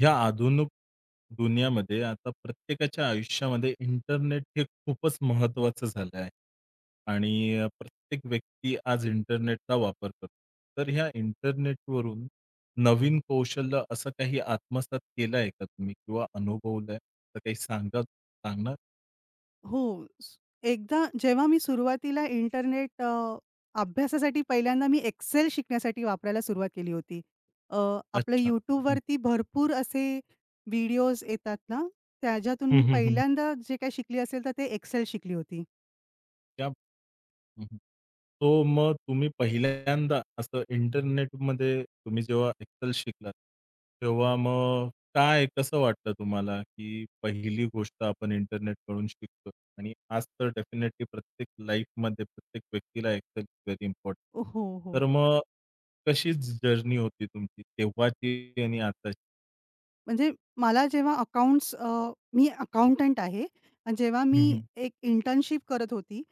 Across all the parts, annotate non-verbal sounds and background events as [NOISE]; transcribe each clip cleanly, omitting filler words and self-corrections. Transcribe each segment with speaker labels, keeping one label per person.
Speaker 1: ह्या आधुनिक दुनियामध्ये आता प्रत्येकाच्या आयुष्यामध्ये इंटरनेट हे खूपच महत्त्वाचं झालं आहे. आणि प्रत्येक व्यक्ती आज इंटरनेटचा वापर करतो. तर ह्या इंटरनेटवरून नवीन कौशल्य असं काही आत्मसात केलं आहे का तुम्ही किंवा अनुभवलंय? तर काही सांगा सांगणार?
Speaker 2: हो. एकदा जेव्हा मी सुरुवातीला अभ्यासासाठी पहिल्यांदा मी एक्सेल शिकण्यासाठी वापरायला सुरुवात केली होती. अ, आपलं
Speaker 1: अच्छा. हं.
Speaker 2: YouTubeवरती भरपूर असे व्हिडिओज येतात ना, त्याच्यातून
Speaker 1: हं,
Speaker 2: मी
Speaker 1: हं, हं.
Speaker 2: पहिल्यांदा जे काही शिकली असेल तर ते एक्सेल शिकली होती.
Speaker 1: हं, तो मग तुम्ही पहिल्यांदा असं इंटरनेटमध्ये तुम्ही जेव्हा Excel शिकलात, तेव्हा मग काय कसं वाटलं तुम्हाला, की पहिली गोष्ट आपण इंटरनेटकडून शिकतोय? आणि आज तर डेफिनेटली प्रत्येक लाईफमध्ये प्रत्येक व्यक्तीला Excel व्हेरी इम्पोर्टंट.
Speaker 2: हो, हो.
Speaker 1: तर मग कशी जर्नी होती तुमची तेव्हाची आणि आताची?
Speaker 2: म्हणजे मला मी अकाउंटंट आहे. आणि जेव्हा
Speaker 1: हं,
Speaker 2: मी
Speaker 1: हं.
Speaker 2: एक इंटर्नशिप करत होती,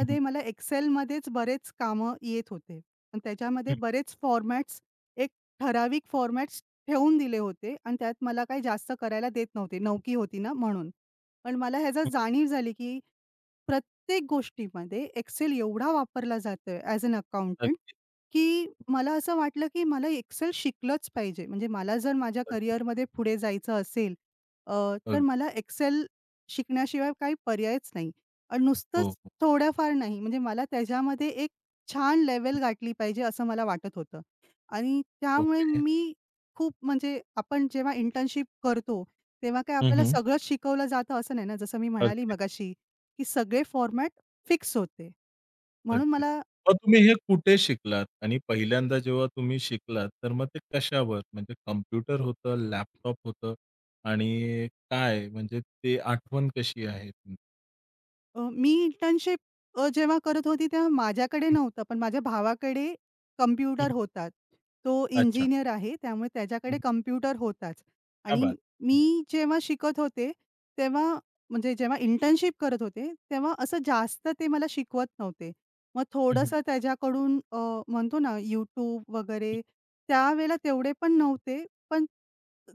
Speaker 1: हं, हं.
Speaker 2: मला Excelमध्येच बरेच कामं येत होते. आणि त्याच्यामध्ये
Speaker 1: हं,
Speaker 2: बरेच फॉर्मॅट्स एक ठराविक फॉर्मॅट्स ठेवून दिले होते आणि त्यात मला काही जास्त करायला देत नव्हते. नवकी होती ना म्हणून. पण मला ह्याचा
Speaker 1: हं.
Speaker 2: जाणीव झाली, की प्रत्येक गोष्टीमध्ये Excel एवढा वापरला जातोय ॲज अन अकाउंटंट
Speaker 1: अगदी,
Speaker 2: की मला असं वाटलं, की मला एक्सेल शिकलंच पाहिजे. म्हणजे मला जर माझ्या
Speaker 1: अगदी.
Speaker 2: करिअरमध्ये पुढे जायचं असेल, अ, तर
Speaker 1: अगदी.
Speaker 2: मला एक्सेल शिकण्याशिवाय काही पर्यायच नाही. आणि
Speaker 1: हो,
Speaker 2: नुसतंच
Speaker 1: हो.
Speaker 2: थोडंफार नाही, म्हणजे मला त्याच्यामध्ये एक छान लेवल गाठली पाहिजे असं मला वाटत होतं. आणि त्यामुळे
Speaker 1: ओके.
Speaker 2: मी खूप म्हणजे आपण जेव्हा इंटर्नशिप करतो, तेव्हा काय
Speaker 1: हं,
Speaker 2: आपल्याला
Speaker 1: हं.
Speaker 2: सगळंच शिकवलं जातं असं नाही ना. जसं मी म्हणाली
Speaker 1: अगदी.
Speaker 2: मगाशी, की सगळे फॉर्मॅट फिक्स होते. म्हणून
Speaker 1: अगदी. मग तुम्ही हे कुठे शिकलात? आणि पहिल्यांदा जेव्हा तुम्ही शिकलात, तर मग ते कशावर? म्हणजे कॉम्प्युटर होतं, लॅपटॉप होतं आणि काय? म्हणजे ते आठवण कशी आहे तुमची?
Speaker 2: मी जेव्हा करत होती तेव्हा माझ्याकडे
Speaker 1: हं,
Speaker 2: नव्हतं, पण माझ्या भावाकडे कॉम्प्युटर होता. तो
Speaker 1: अच्छा.
Speaker 2: इंजिनिअर आहे, त्यामुळे
Speaker 1: हं.
Speaker 2: त्याच्याकडे कॉम्प्युटर होताच.
Speaker 1: क्या
Speaker 2: आणि
Speaker 1: बात! हं.
Speaker 2: मी जेव्हा शिकत होते, तेव्हा म्हणजे जेव्हा इंटर्नशिप करत होते, तेव्हा असं जास्त ते मला शिकवत नव्हते. मग
Speaker 1: हं, हं.
Speaker 2: थोडंसं म्हणतो ना, YouTube वगैरे त्यावेळेला तेवढे पण नव्हते, पण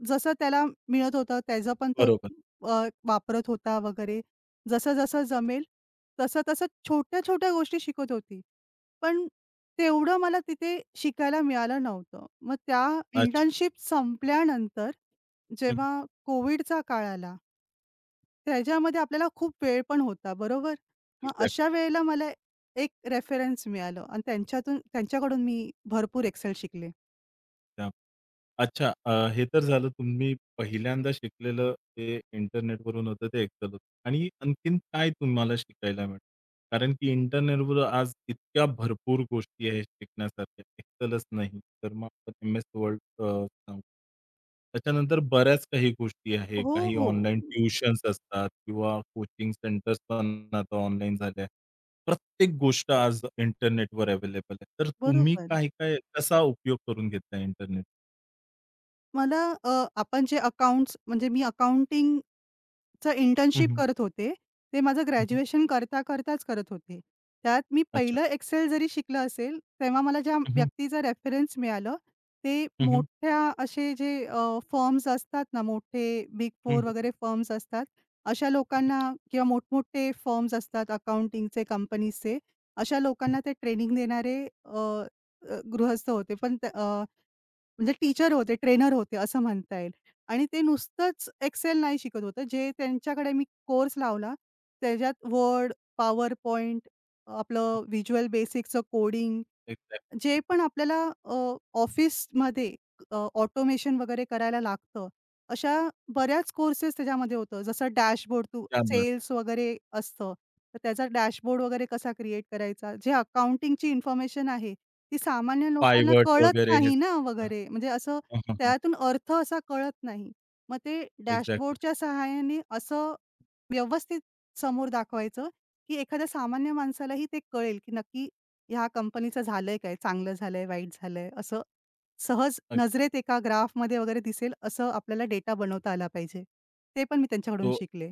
Speaker 2: जसं त्याला मिळत होतं त्याचं पण तो
Speaker 1: बरोबर.
Speaker 2: अ, वापरत होता वगैरे. जसं-जसं जमेल तसं-तसं छोट्या-छोट्या गोष्टी शिकत होती. पण तेवढं मला तिथे शिकायला मिळालं नव्हतं. मग त्या
Speaker 1: अच्छा.
Speaker 2: इंटर्नशिप संपल्यानंतर
Speaker 1: हं,
Speaker 2: जेव्हा कोविडचा काळ आला, त्याच्यामध्ये आपल्याला खूप वेळ पण होता, बरोबर? मग अशा वेळेला मला एक रेफरन्स मिळालं आणि त्यांच्याकडून मी भरपूर एक्सेल शिकले.
Speaker 1: त्या अच्छा हे तर झालं तुम्ही पहिल्यांदा शिकलेलं ते इंटरनेटवरून होतं ते एक्सेल होतं. आणि आणखीन काय तुम्हाला शिकायला मिळालं? कारण की इंटरनेटवर आज इतक्या भरपूर गोष्टी आहेत शिकण्यासारख्या. एक्सेलच नाही, तर मग आपण एम-एस वर्ड सांगू. त्याच्यानंतर बऱ्याच काही गोष्टी आहेत.
Speaker 2: हो,
Speaker 1: काही
Speaker 2: हो.
Speaker 1: ऑनलाईन ट्युशन्स असतात किंवा कोचिंग सेंटर्स पण आता ऑनलाईन झाल्या प्रत्येक गोष्ट आज इंटरनेटवर अवेलेबल आहे. तर तुम्ही
Speaker 2: बरोबर.
Speaker 1: काय-काय कसा उपयोग करून घेतला इंटरनेट?
Speaker 2: आपण जे अकाउंट्स म्हणजे मी अकाउंटिंगचं
Speaker 1: हं,
Speaker 2: इंटर्नशिप
Speaker 1: हं.
Speaker 2: करत होते. ते माझं
Speaker 1: हं,
Speaker 2: ग्रॅज्युएशन करता-करताच करत होते. त्यात मी
Speaker 1: अच्छा.
Speaker 2: पहिलं एक्सेल जरी शिकलं असेल, तेव्हा मला ज्या
Speaker 1: हं, हं.
Speaker 2: व्यक्तीचं रेफरन्स मिळालं, ते
Speaker 1: हं, हं.
Speaker 2: मोठ्या असे जे फर्म्स असतात ना, मोठे बिग
Speaker 1: हं,
Speaker 2: 4
Speaker 1: हं.
Speaker 2: वगैरे फर्म्स असतात. अशा लोकांना
Speaker 1: [LAUGHS]
Speaker 2: किंवा मोठमोठे फर्म्स असतात अकाउंटिंगचे, कंपनीजचे. अशा
Speaker 1: हं,
Speaker 2: लोकांना ते ट्रेनिंग देणारे अ, अ, गृहस्थ होते. पण म्हणजे टीचर होते, ट्रेनर होते असं म्हणता येईल. आणि ते नुसतंच एक्सेल नाही शिकत होतं. जे त्यांच्याकडे मी कोर्स लावला त्याच्यात Word, PowerPoint आपलं व्हिज्युअल बेसिकचं कोडिंग जे पण आपल्याला अ, ऑफिसमध्ये ऑटोमेशन वगैरे करायला लागतं, अशा बऱ्याच कोर्सेस त्याच्यामध्ये होतं. जसं डॅशबोर्ड तू
Speaker 1: त्यामुळे
Speaker 2: सेल्स वगैरे असतं, तर त्याचा डॅशबोर्ड वगैरे कसा क्रिएट करायचा? जे अकाउंटिंगची इन्फॉर्मेशन आहे, ती सामान्य लोकांना
Speaker 1: पायवट
Speaker 2: कळत
Speaker 1: वगैरे हे
Speaker 2: नाही ना
Speaker 1: सगळं.
Speaker 2: वगैरे. म्हणजे असं
Speaker 1: हां, हां, हां.
Speaker 2: त्यातून अर्थ असा कळत नाही. मग ते
Speaker 1: एक्झॅक्टली.
Speaker 2: डॅशबोर्डच्या सहाय्याने असं व्यवस्थित समोर दाखवायचं, की एखाद्या सामान्य माणसालाही ते कळेल, की नक्की ह्या कंपनीचं झालंय काय? चांगलं झालंय, वाईट झालंय? असं सहज नजरेत एका ग्राफमध्ये वगैरे दिसेल असं आपल्याला डेटा बनवता आला पाहिजे. ते पण मी त्यांच्याकडून
Speaker 1: तो
Speaker 2: शिकले.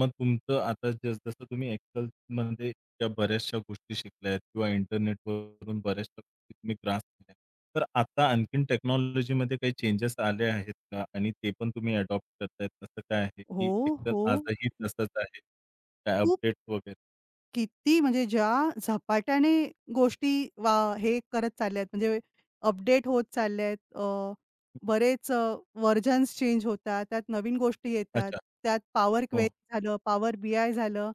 Speaker 1: मग तुमचं आता जस जसं तुम्ही एक्सेलमध्ये त्या बऱ्याचशा गोष्टी शिकल्यात किंवा इंटरनेटवरून बऱ्याचशा गोष्टी तुम्ही ग्रास केल्या. तर आता आणखीन टेक्नॉलॉजीमध्ये काही चेंजेस आले आहेत का? आणि ते पण तुम्ही अडॉप्ट करतायत असं काय आहे,
Speaker 2: हो,
Speaker 1: की एक्सेल
Speaker 2: हो.
Speaker 1: आजही तसंच आहे? काय
Speaker 2: खूप
Speaker 1: अपडेट वगैरे?
Speaker 2: किती म्हणजे ज्या झपाट्याने गोष्टी वा हे करत चालल्यात म्हणजे अपडेट होत चालल्यात. बरेच व्हर्जन्स चेंज होतात. त्यात नवीन गोष्टी येतात.
Speaker 1: अच्छा.
Speaker 2: त्यात पॉवर
Speaker 1: हो.
Speaker 2: क्वेरी झालं, पॉवर बीआय झालं.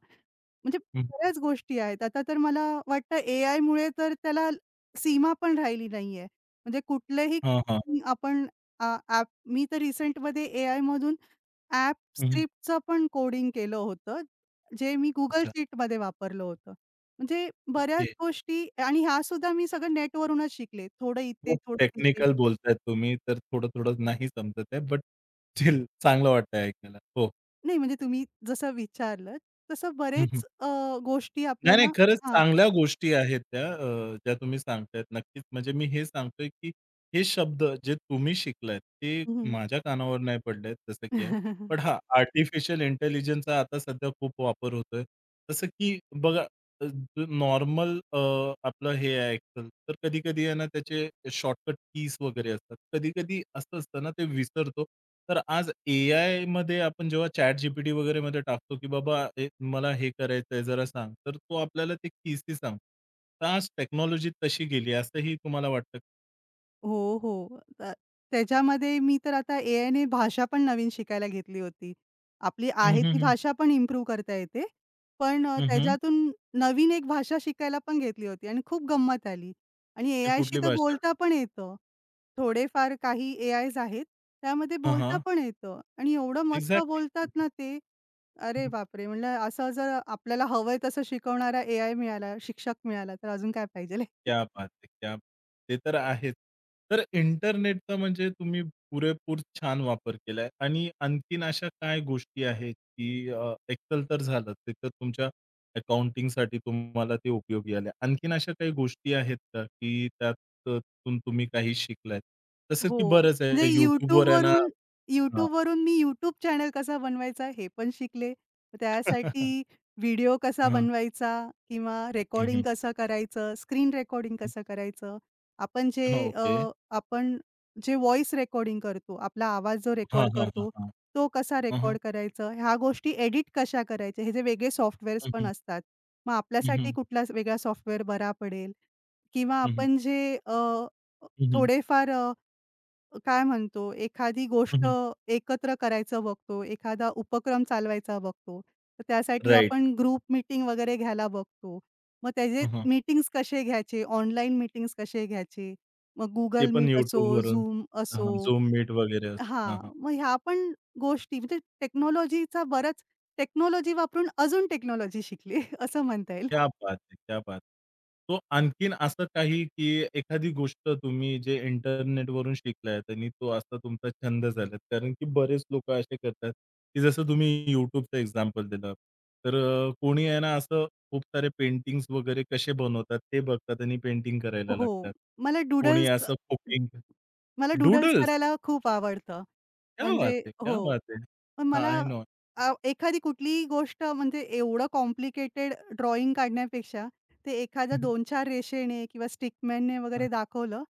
Speaker 2: म्हणजे
Speaker 1: हं.
Speaker 2: बऱ्याच गोष्टी आहेत. आता तर मला वाटतं एआयमुळे तर त्याला सीमा पण राहिली नाहीये. म्हणजे कुठलेही
Speaker 1: हां, हां.
Speaker 2: आपण ॲप मी तर रिसेंटमध्ये एआयमधून ॲप
Speaker 1: हं,
Speaker 2: स्क्रिप्टचं पण कोडिंग केलं होतं, जे मी Google
Speaker 1: अच्छा.
Speaker 2: शीटमध्ये वापरलं होतं. म्हणजे बऱ्याच
Speaker 1: ओके.
Speaker 2: गोष्टी आणि ह्या सुद्धा मी सगळं नेटवरूनच शिकले. थोडं इथे,
Speaker 1: खूप
Speaker 2: थोडं तिथे.
Speaker 1: टेक्निकल बोलतायत तुम्ही, तर थोडं-थोडं नाही समजत आहे, बट चांगलं वाटतंय ऐकायला. हो.
Speaker 2: नाही म्हणजे तुम्ही जसं विचारलंत तसं बरेच गोष्टी
Speaker 1: नाही, नाही.
Speaker 2: आपल्याला
Speaker 1: खरंच
Speaker 2: हां.
Speaker 1: चांगल्या गोष्टी आहेत त्या ज्या तुम्ही सांगतायत. नक्कीच म्हणजे मी हे सांगतोय, की हे शब्द जे तुम्ही शिकलात, ते
Speaker 2: हं.
Speaker 1: माझ्या कानावर नाही पडलेत जसं की आहे. पण
Speaker 2: [LAUGHS]
Speaker 1: हां, आर्टिफिशियल इंटेलिजन्सचा आता सध्या खूप वापर होतोय. जसं की बघा नॉर्मल आपलं हे आहे एक्सेल. तर कधी-कधी आहे ना, त्याचे शॉर्टकट कीज वगैरे असतात. कधी-कधी असं असतं ना, ते विसरतो. तर आज ए एआयमध्ये आपण जेव्हा ChatGPT वगैरेमध्ये टाकतो, की "बाबा, ए, मला हे करायचं आहे, जरा सांग." तर तो आपल्याला ते कीजही सांगतो. तर आज टेक्नॉलॉजी तशी गेली असंही तुम्हाला वाटतं?
Speaker 2: हो, हो. त्याच्यामध्ये मी तर आता एआयने भाषा पण नवीन शिकायला घेतली होती. आपली
Speaker 1: हं,
Speaker 2: आहे
Speaker 1: हं,
Speaker 2: ती
Speaker 1: हं.
Speaker 2: भाषा पण इम्प्रूव्ह करता येते.
Speaker 1: हं, हं.
Speaker 2: त्याच्यातून नवीन एक भाषा शिकायला पण घेतली होती आणि खूप गंमत आली आणि
Speaker 1: ही
Speaker 2: एआयशी
Speaker 1: कुठली
Speaker 2: तर
Speaker 1: भाषा?
Speaker 2: बोलता पण येतं. थोडेफार काही एआयज आहेत, त्यामध्ये
Speaker 1: हां,
Speaker 2: बोलता
Speaker 1: हां.
Speaker 2: पण येतं आणि एवढं मस्त बोलतात
Speaker 1: एक्झॅक्टली.
Speaker 2: ना ते. अरे बापरे! म्हणलं असं जर आपल्याला हवंय तसं शिकवणारा एआय मिळाला, शिक्षक मिळाला तर अजून काय पाहिजे.
Speaker 1: क्या बात है! क्या ते तर आहेच. तर इंटरनेटचा म्हणजे तुम्ही पुरेपूर छान वापर केलाय आणि आणखीन अशा काय गोष्टी आहेत, की Excel तर झालं, ते तर तुमच्या अकाउंटिंगसाठी तुम्हाला ते उपयोगी आले. आणखीन अशा काही गोष्टी आहेत का, की त्यातून तुम्ही काही शिकलात? तसं
Speaker 2: हो.
Speaker 1: की बरंच
Speaker 2: म्हणजे
Speaker 1: आहे YouTubeवर आहे ना
Speaker 2: YouTube
Speaker 1: हां.
Speaker 2: YouTubeवरून मी YouTube चॅनल कसा बनवायचा हे पण शिकले. त्यासाठी
Speaker 1: [LAUGHS]
Speaker 2: व्हिडिओ कसा
Speaker 1: हां.
Speaker 2: बनवायचा किंवा
Speaker 1: हं,
Speaker 2: रेकॉर्डिंग
Speaker 1: हं.
Speaker 2: कसं करायचं, स्क्रीन रेकॉर्डिंग कसं करायचं. आपण जे
Speaker 1: हं,
Speaker 2: अ,
Speaker 1: ओके.
Speaker 2: आपण जे व्हॉईस रेकॉर्डिंग करतो, आपला आवाज जो
Speaker 1: हां,
Speaker 2: रेकॉर्ड
Speaker 1: हां, हां,
Speaker 2: करतो,
Speaker 1: हां.
Speaker 2: तो कसा
Speaker 1: हं, हं.
Speaker 2: रेकॉर्ड करायचा, ह्या गोष्टी एडिट कशा करायच्या, हे जे वेगळे सॉफ्टवेअर्स पण असतात. मग
Speaker 1: हं, हं.
Speaker 2: आपल्यासाठी कुठला वेगळा सॉफ्टवेअर बरा पडेल किंवा
Speaker 1: हं, हं. हं, हं. हं, हं.
Speaker 2: थोडेफार काय म्हणतो, एखादी गोष्ट एकत्र करायचं बघतो, एखादा उपक्रम चालवायचा बघतो. तर त्यासाठी
Speaker 1: राइट.
Speaker 2: आपण ग्रुप मीटिंग वगैरे घ्यायला बघतो. मग त्याचे मीटिंग्स कसे घ्यायचे, ऑनलाईन मीटिंग्स कसे घ्यायचे, मग
Speaker 1: ते
Speaker 2: Google
Speaker 1: पण
Speaker 2: Meet असो,
Speaker 1: YouTubeवरून.
Speaker 2: Zoom असो
Speaker 1: हां, Zoom Meet वगैरे असतं. हां,
Speaker 2: हां,
Speaker 1: हां.
Speaker 2: मग ह्या पण गोष्टी म्हणजे टेक्नॉलॉजीचा बराच टेक्नॉलॉजी वापरून अजून टेक्नॉलॉजी शिकली [LAUGHS] असं म्हणता येईल.
Speaker 1: क्या बात है! क्या बात है! तो आणखीन असं काही, की एखादी गोष्ट तुम्ही जे इंटरनेटवरून शिकलायत आणि तो असा तुमचा छंद झाला. कारण की बरेच लोकं असे करतात, की जसं तुम्ही YouTubeचं एक्झाम्पल दिलं. तर कोणी आहे ना असं खूप सारे पेंटिंग्स वगैरे कसे बनवतात ते बघतात आणि पेंटिंग करायला
Speaker 2: हो,
Speaker 1: लागतात.
Speaker 2: मला
Speaker 1: कोणी
Speaker 2: डूडल्स
Speaker 1: असं कुकिंग
Speaker 2: मला डूडल्स
Speaker 1: डूडल्स!
Speaker 2: करायला खूप आवडतं.
Speaker 1: क्या बात
Speaker 2: म्हणजे
Speaker 1: है! क्या
Speaker 2: हो.
Speaker 1: बात है!
Speaker 2: पण
Speaker 1: हां,
Speaker 2: मला
Speaker 1: आय नो.
Speaker 2: एखादी कुठलीही गोष्ट म्हणजे एवढं कॉम्प्लिकेटेड ड्रॉइंग काढण्यापेक्षा ते एखाद्या
Speaker 1: हं, हं.
Speaker 2: 2-4 रेषेने किंवा स्टिकमॅनने
Speaker 1: हां,
Speaker 2: वगैरे दाखवलं,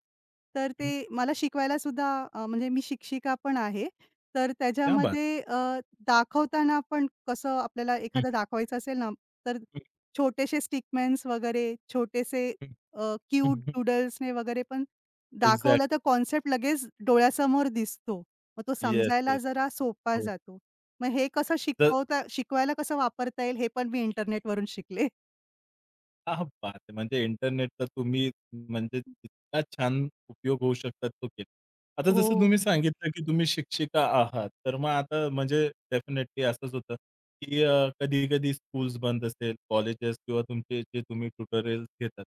Speaker 2: तर
Speaker 1: हं.
Speaker 2: ते मला शिकवायला सुद्धा म्हणजे मी शिक्षिका पण आहे. तर
Speaker 1: क्या बात!
Speaker 2: दाखवताना पण कसं आपल्याला
Speaker 1: हं.
Speaker 2: एखादं दाखवायचं असेल ना, तर
Speaker 1: [LAUGHS] हं,
Speaker 2: छोटेसे स्टिकमॅन्स वगैरे, छोटेसे
Speaker 1: हं,
Speaker 2: क्यूट
Speaker 1: हं, हं.
Speaker 2: डूडल्सने वगैरे पण दाखवलं
Speaker 1: एक्झॅक्टली.
Speaker 2: तर कॉन्सेप्ट लगेच डोळ्यासमोर दिसतो. मग तो
Speaker 1: येस,
Speaker 2: समजायला
Speaker 1: येस.
Speaker 2: जरा सोपा
Speaker 1: हो.
Speaker 2: जातो. मग हे कसं
Speaker 1: तर
Speaker 2: शिकवता शिकवायला कसं वापरता येईल हे पण मी इंटरनेटवरून शिकले.
Speaker 1: क्या बात है! म्हणजे इंटरनेटचा तुम्ही म्हणजे इतका छान उपयोग होऊ शकतात तो केला. आता जसं
Speaker 2: हो,
Speaker 1: तुम्ही सांगितलं, की तुम्ही शिक्षिका आहात, तर मग आता म्हणजे डेफिनेटली असंच होतं, की कधी-कधी स्कूल्स बंद असेल, कॉलेजेस किंवा तुमचे जे तुम्ही ट्युटोरियल्स घेतात.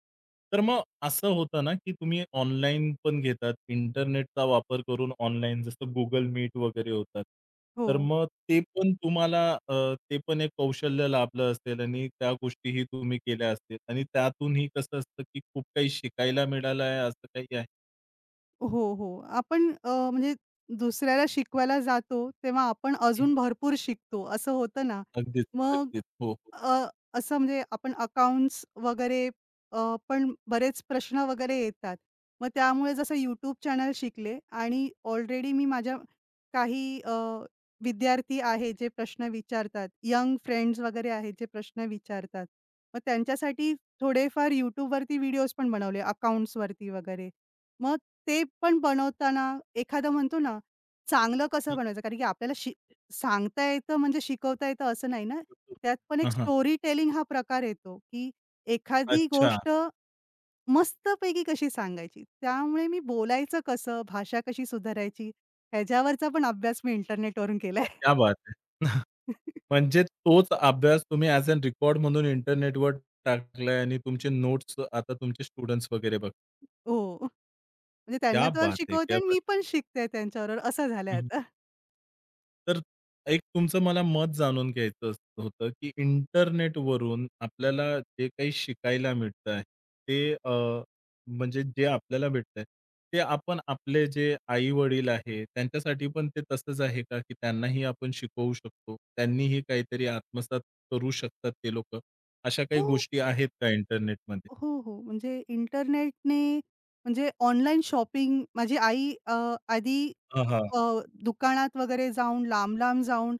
Speaker 1: तर मग असं होतं ना, की तुम्ही ऑनलाईन पण घेतात, इंटरनेटचा वापर करून ऑनलाईन जसं Google Meet वगैरे होतात.
Speaker 2: हो.
Speaker 1: तर मग ते पण तुम्हाला ते पण एक कौशल्य लाभलं असेल आणि त्या गोष्टीही तुम्ही केल्या असतील आणि त्यातूनही कसं असतं, की खूप काही शिकायला मिळालं आहे असं काही आहे?
Speaker 2: हो, हो. म्हणजे दुसऱ्याला शिकवायला जातो, तेव्हा आपण
Speaker 1: हं.
Speaker 2: अजून भरपूर शिकतो असं होतं ना.
Speaker 1: अगदीच,
Speaker 2: मग
Speaker 1: अगदीच. हो, हो.
Speaker 2: अ, असं म्हणजे आपण अकाउंट्स वगैरे अ, पण बरेच प्रश्न वगैरे येतात. मग त्यामुळे जसं YouTube चॅनल शिकले आणि ऑलरेडी मी माझ्या काही विद्यार्थी आहे जे प्रश्न विचारतात. यंग फ्रेंड्स वगैरे आहेत जे प्रश्न विचारतात. मग त्यांच्यासाठी थोडेफार YouTubeवरती व्हिडिओज पण बनवले अकाउंट्सवरती वगैरे. मग ते पण बनवताना एखादा म्हणतो ना, चांगलं कसं
Speaker 1: हं,
Speaker 2: बनवायचं कारण की आपल्याला शिक सांगता येतं म्हणजे शिकवता येतं असं नाही ना. त्यात पण
Speaker 1: हां,
Speaker 2: एक
Speaker 1: हां.
Speaker 2: स्टोरी टेलिंग हा प्रकार येतो, की एखादी
Speaker 1: अच्छा,
Speaker 2: गोष्ट मस्तपैकी कशी सांगायची. त्यामुळे मी बोलायचं कसं, भाषा कशी सुधारायची, ह्याच्यावरचा पण अभ्यास मी इंटरनेटवरून केलाय.
Speaker 1: क्या बात है! [LAUGHS]
Speaker 2: [LAUGHS]
Speaker 1: म्हणजे तोच अभ्यास तुम्ही ॲज अन रेकॉर्ड म्हणून इंटरनेटवर टाकलाय आणि तुमचे नोट्स आता तुमचे स्टुडंट्स वगैरे बघ
Speaker 2: हो. म्हणजे त्यांना
Speaker 1: क्या
Speaker 2: तर
Speaker 1: बात है!
Speaker 2: शिकवते
Speaker 1: क्या
Speaker 2: आणि
Speaker 1: बात
Speaker 2: मी पण शिकते त्यांच्याबरोबर असं झालंय
Speaker 1: है!
Speaker 2: आता.
Speaker 1: तर एक तुमचं मला मत जाणून घ्यायचं असं होतं, की इंटरनेटवरून आपल्याला जे काही शिकायला मिळतं आहे, ते म्हणजे जे आपल्याला भेटतंय, ते आपण आपले जे आई-वडील आहेत, त्यांच्यासाठी पण ते तसंच आहे का, की त्यांनाही आपण शिकवू शकतो? त्यांनीही काहीतरी आत्मसात करू शकतात ते लोकं? अशा काही
Speaker 2: हो,
Speaker 1: गोष्टी आहेत का इंटरनेटमध्ये?
Speaker 2: हो, हो. म्हणजे इंटरनेटने म्हणजे ऑनलाईन शॉपिंग माझी आई आधी
Speaker 1: हां, हां.
Speaker 2: अ, दुकानात वगैरे जाऊन, लांब-लांब जाऊन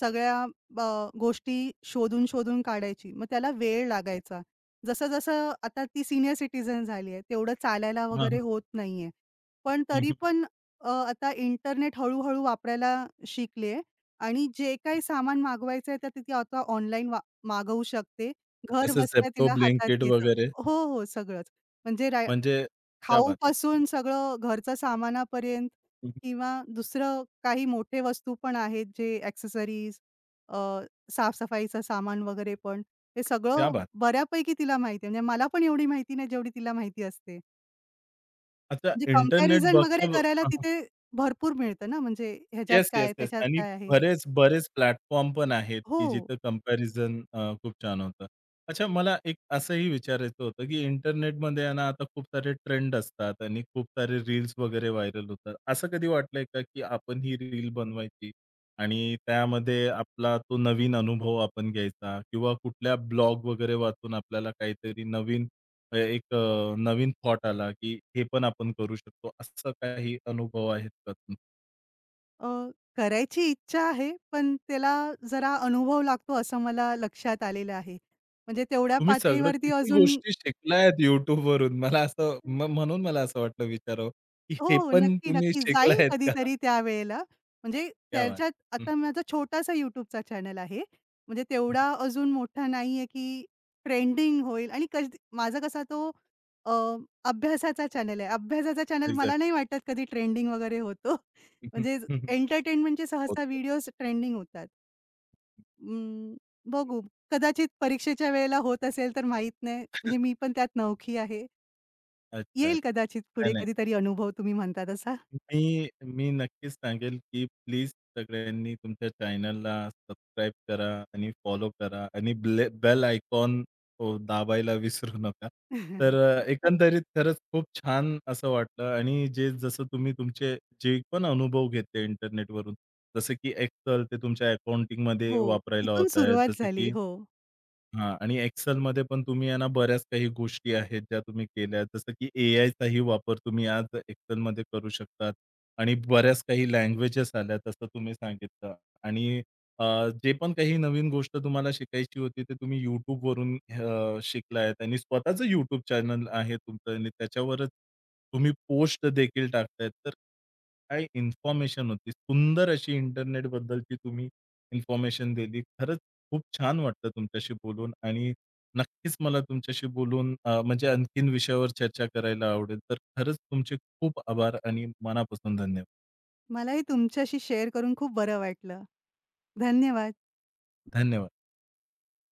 Speaker 2: सगळ्या अ, गोष्टी शोधून-शोधून काढायची. मग त्याला वेळ लागायचा. जसं-जसं आता ती सीनियर सिटीझन झाली आहे, तेवढं चालायला
Speaker 1: हां, हां.
Speaker 2: वगैरे होत नाहीये. पण
Speaker 1: हं,
Speaker 2: तरी
Speaker 1: हं.
Speaker 2: पण आता इंटरनेट हळू-हळू वापरायला शिकली आहे आणि जे काही सामान मागवायचं आहे, तर ती आता ऑनलाईन मागवू शकते. घर
Speaker 1: जसं
Speaker 2: बसल्या
Speaker 1: Zepto,
Speaker 2: तिला हातात
Speaker 1: Blinkit
Speaker 2: येतं.
Speaker 1: वगैरे
Speaker 2: हो, हो. सगळंच. म्हणजे रा
Speaker 1: म्हणजे क्या बात है!
Speaker 2: खाऊपासून सगळं घरचं सामानापर्यंत
Speaker 1: हं,
Speaker 2: किंवा दुसरं काही मोठे वस्तू पण आहेत जे एक्सेसरीज अ, साफ-सफाईचं सामान वगैरे पण. हे
Speaker 1: क्या
Speaker 2: सगळं
Speaker 1: बात!
Speaker 2: बऱ्यापैकी तिला माहिती आहे. म्हणजे मला पण एवढी माहिती नाही जेवढी तिला माहिती असते.
Speaker 1: अच्छा,
Speaker 2: म्हणजे
Speaker 1: इंटरनेट
Speaker 2: कंपॅरिझन
Speaker 1: बघता
Speaker 2: वगैरे
Speaker 1: ब
Speaker 2: करायला
Speaker 1: हां, हां.
Speaker 2: तिथे भरपूर मिळतं ना, म्हणजे ह्याच्यात
Speaker 1: येस, येस,
Speaker 2: काय,
Speaker 1: येस.
Speaker 2: त्याच्यात
Speaker 1: आणि
Speaker 2: काय आहे.
Speaker 1: बरेच, बरेच प्लॅटफॉर्म पण आहेत,
Speaker 2: हो.
Speaker 1: की जिथं कम्पॅरिझन खूप छान होतं. अच्छा, मला एक असंही विचारायचं होतं, की इंटरनेटमध्ये आहे ना, आता खूप सारे ट्रेंड असतात आणि खूप सारे रील्स वगैरे व्हायरल होतात. असं कधी वाटलंय का, की आपण ही रील बनवायची आणि त्यामध्ये आपला तो नवीन अनुभव आपण घ्यायचा किंवा कुठल्या ब्लॉग वगैरे वाचून आपल्याला काहीतरी नवीन एक नवीन थॉट आला, की हे पण आपण करू शकतो. असं काही अनुभव आहेत का
Speaker 2: अ, करायची इच्छा आहे, पण त्याला जरा अनुभव लागतो असं मला लक्षात आलेलं आहे. म्हणजे तेवढ्या
Speaker 1: तुम्ही सगळं
Speaker 2: पातळीवरती
Speaker 1: किती
Speaker 2: अजून
Speaker 1: गोष्टी शिकलायत YouTubeवरून. मला असं
Speaker 2: हो,
Speaker 1: म्हणून मला असं वाटलं विचारावं, की हे
Speaker 2: हो.
Speaker 1: पण
Speaker 2: नक्की,
Speaker 1: तुम्ही
Speaker 2: नक्की. जाईन
Speaker 1: शिकलायत का?
Speaker 2: कधीतरी त्यावेळेला. म्हणजे
Speaker 1: क्या बात!
Speaker 2: त्याच्यात
Speaker 1: हं,
Speaker 2: आता माझा छोटासा YouTubeचा चॅनल आहे. म्हणजे
Speaker 1: हं.
Speaker 2: तेवढा अजून मोठा नाहीये, की ट्रेंडिंग होईल आणि कधी माझा कसा तो अ, अभ्यासाचा चॅनल आहे. अभ्यासाचा चॅनल मला नाही
Speaker 1: एक्झॅक्टली.
Speaker 2: वाटत कधी ट्रेंडिंग वगैरे होतो. [LAUGHS]
Speaker 1: हं, हं.
Speaker 2: म्हणजे
Speaker 1: हं, हं.
Speaker 2: एंटरटेनमेंटचे सहसा
Speaker 1: होतं.
Speaker 2: व्हिडिओज ट्रेंडिंग होतात. अं, बघू. कदाचित परीक्षेच्या वेळेला होत असेल तर माहीत नाही. म्हणजे मी पण त्यात नवखी आहे.
Speaker 1: अच्छा.
Speaker 2: येईल कदाचित
Speaker 1: नाही,
Speaker 2: पुढे
Speaker 1: नाही.
Speaker 2: कधीतरी अनुभव तुम्ही म्हणता तसा.
Speaker 1: मी मी नक्कीच सांगेल, की प्लीज सगळ्यांनी तुमच्या चॅनलला सबस्क्राईब करा आणि फॉलो करा आणि ब्ले बेल आयकॉन हो, दाबायला विसरू नका. तर
Speaker 2: [LAUGHS]
Speaker 1: एकंदरीत खरंच खूप छान असं वाटलं आणि जे जसं तुम्ही तुमचे जे पण अनुभव घेतले इंटरनेटवरून, जसं की Excel ते तुमच्या अकाउंटिंगमध्ये
Speaker 2: हो,
Speaker 1: वापरायला
Speaker 2: तिथून
Speaker 1: होत आहेत,
Speaker 2: सुरुवात
Speaker 1: जसं
Speaker 2: झाली.
Speaker 1: की
Speaker 2: हो.
Speaker 1: हां. आणि Excelमध्ये पण तुम्ही आहे ना, बऱ्याच काही गोष्टी आहेत ज्या तुम्ही केल्या. जसं की एआयचाही वापर तुम्ही आज Excelमध्ये करू शकतात आणि बऱ्याच काही लँग्वेजेस आल्या तसं तुम्ही सांगितलं. आणि अ, जे पण काही नवीन गोष्ट तुम्हाला शिकायची होती ते तुम्ही YouTubeवरून शिकलायत आणि स्वतःचं YouTube चॅनल आहे तुमचं आणि त्याच्यावरच तुम्ही पोस्ट देखील टाकतायत. तर काय इन्फॉर्मेशन होती. सुंदर अशी इंटरनेटबद्दलची तुम्ही इन्फॉर्मेशन दिली. खरंच खूप छान वाटलं तुमच्याशी बोलून आणि नक्कीच मला तुमच्याशी बोलून म्हणजे आणखीन विषयावर चर्चा करायला आवडेल. तर खरंच तुमचे खूप आभार आणि मनापासून धन्यवाद.
Speaker 2: मलाही तुमच्याशी शेअर करून खूप बरं वाटलं. धन्यवाद.
Speaker 1: धन्यवाद.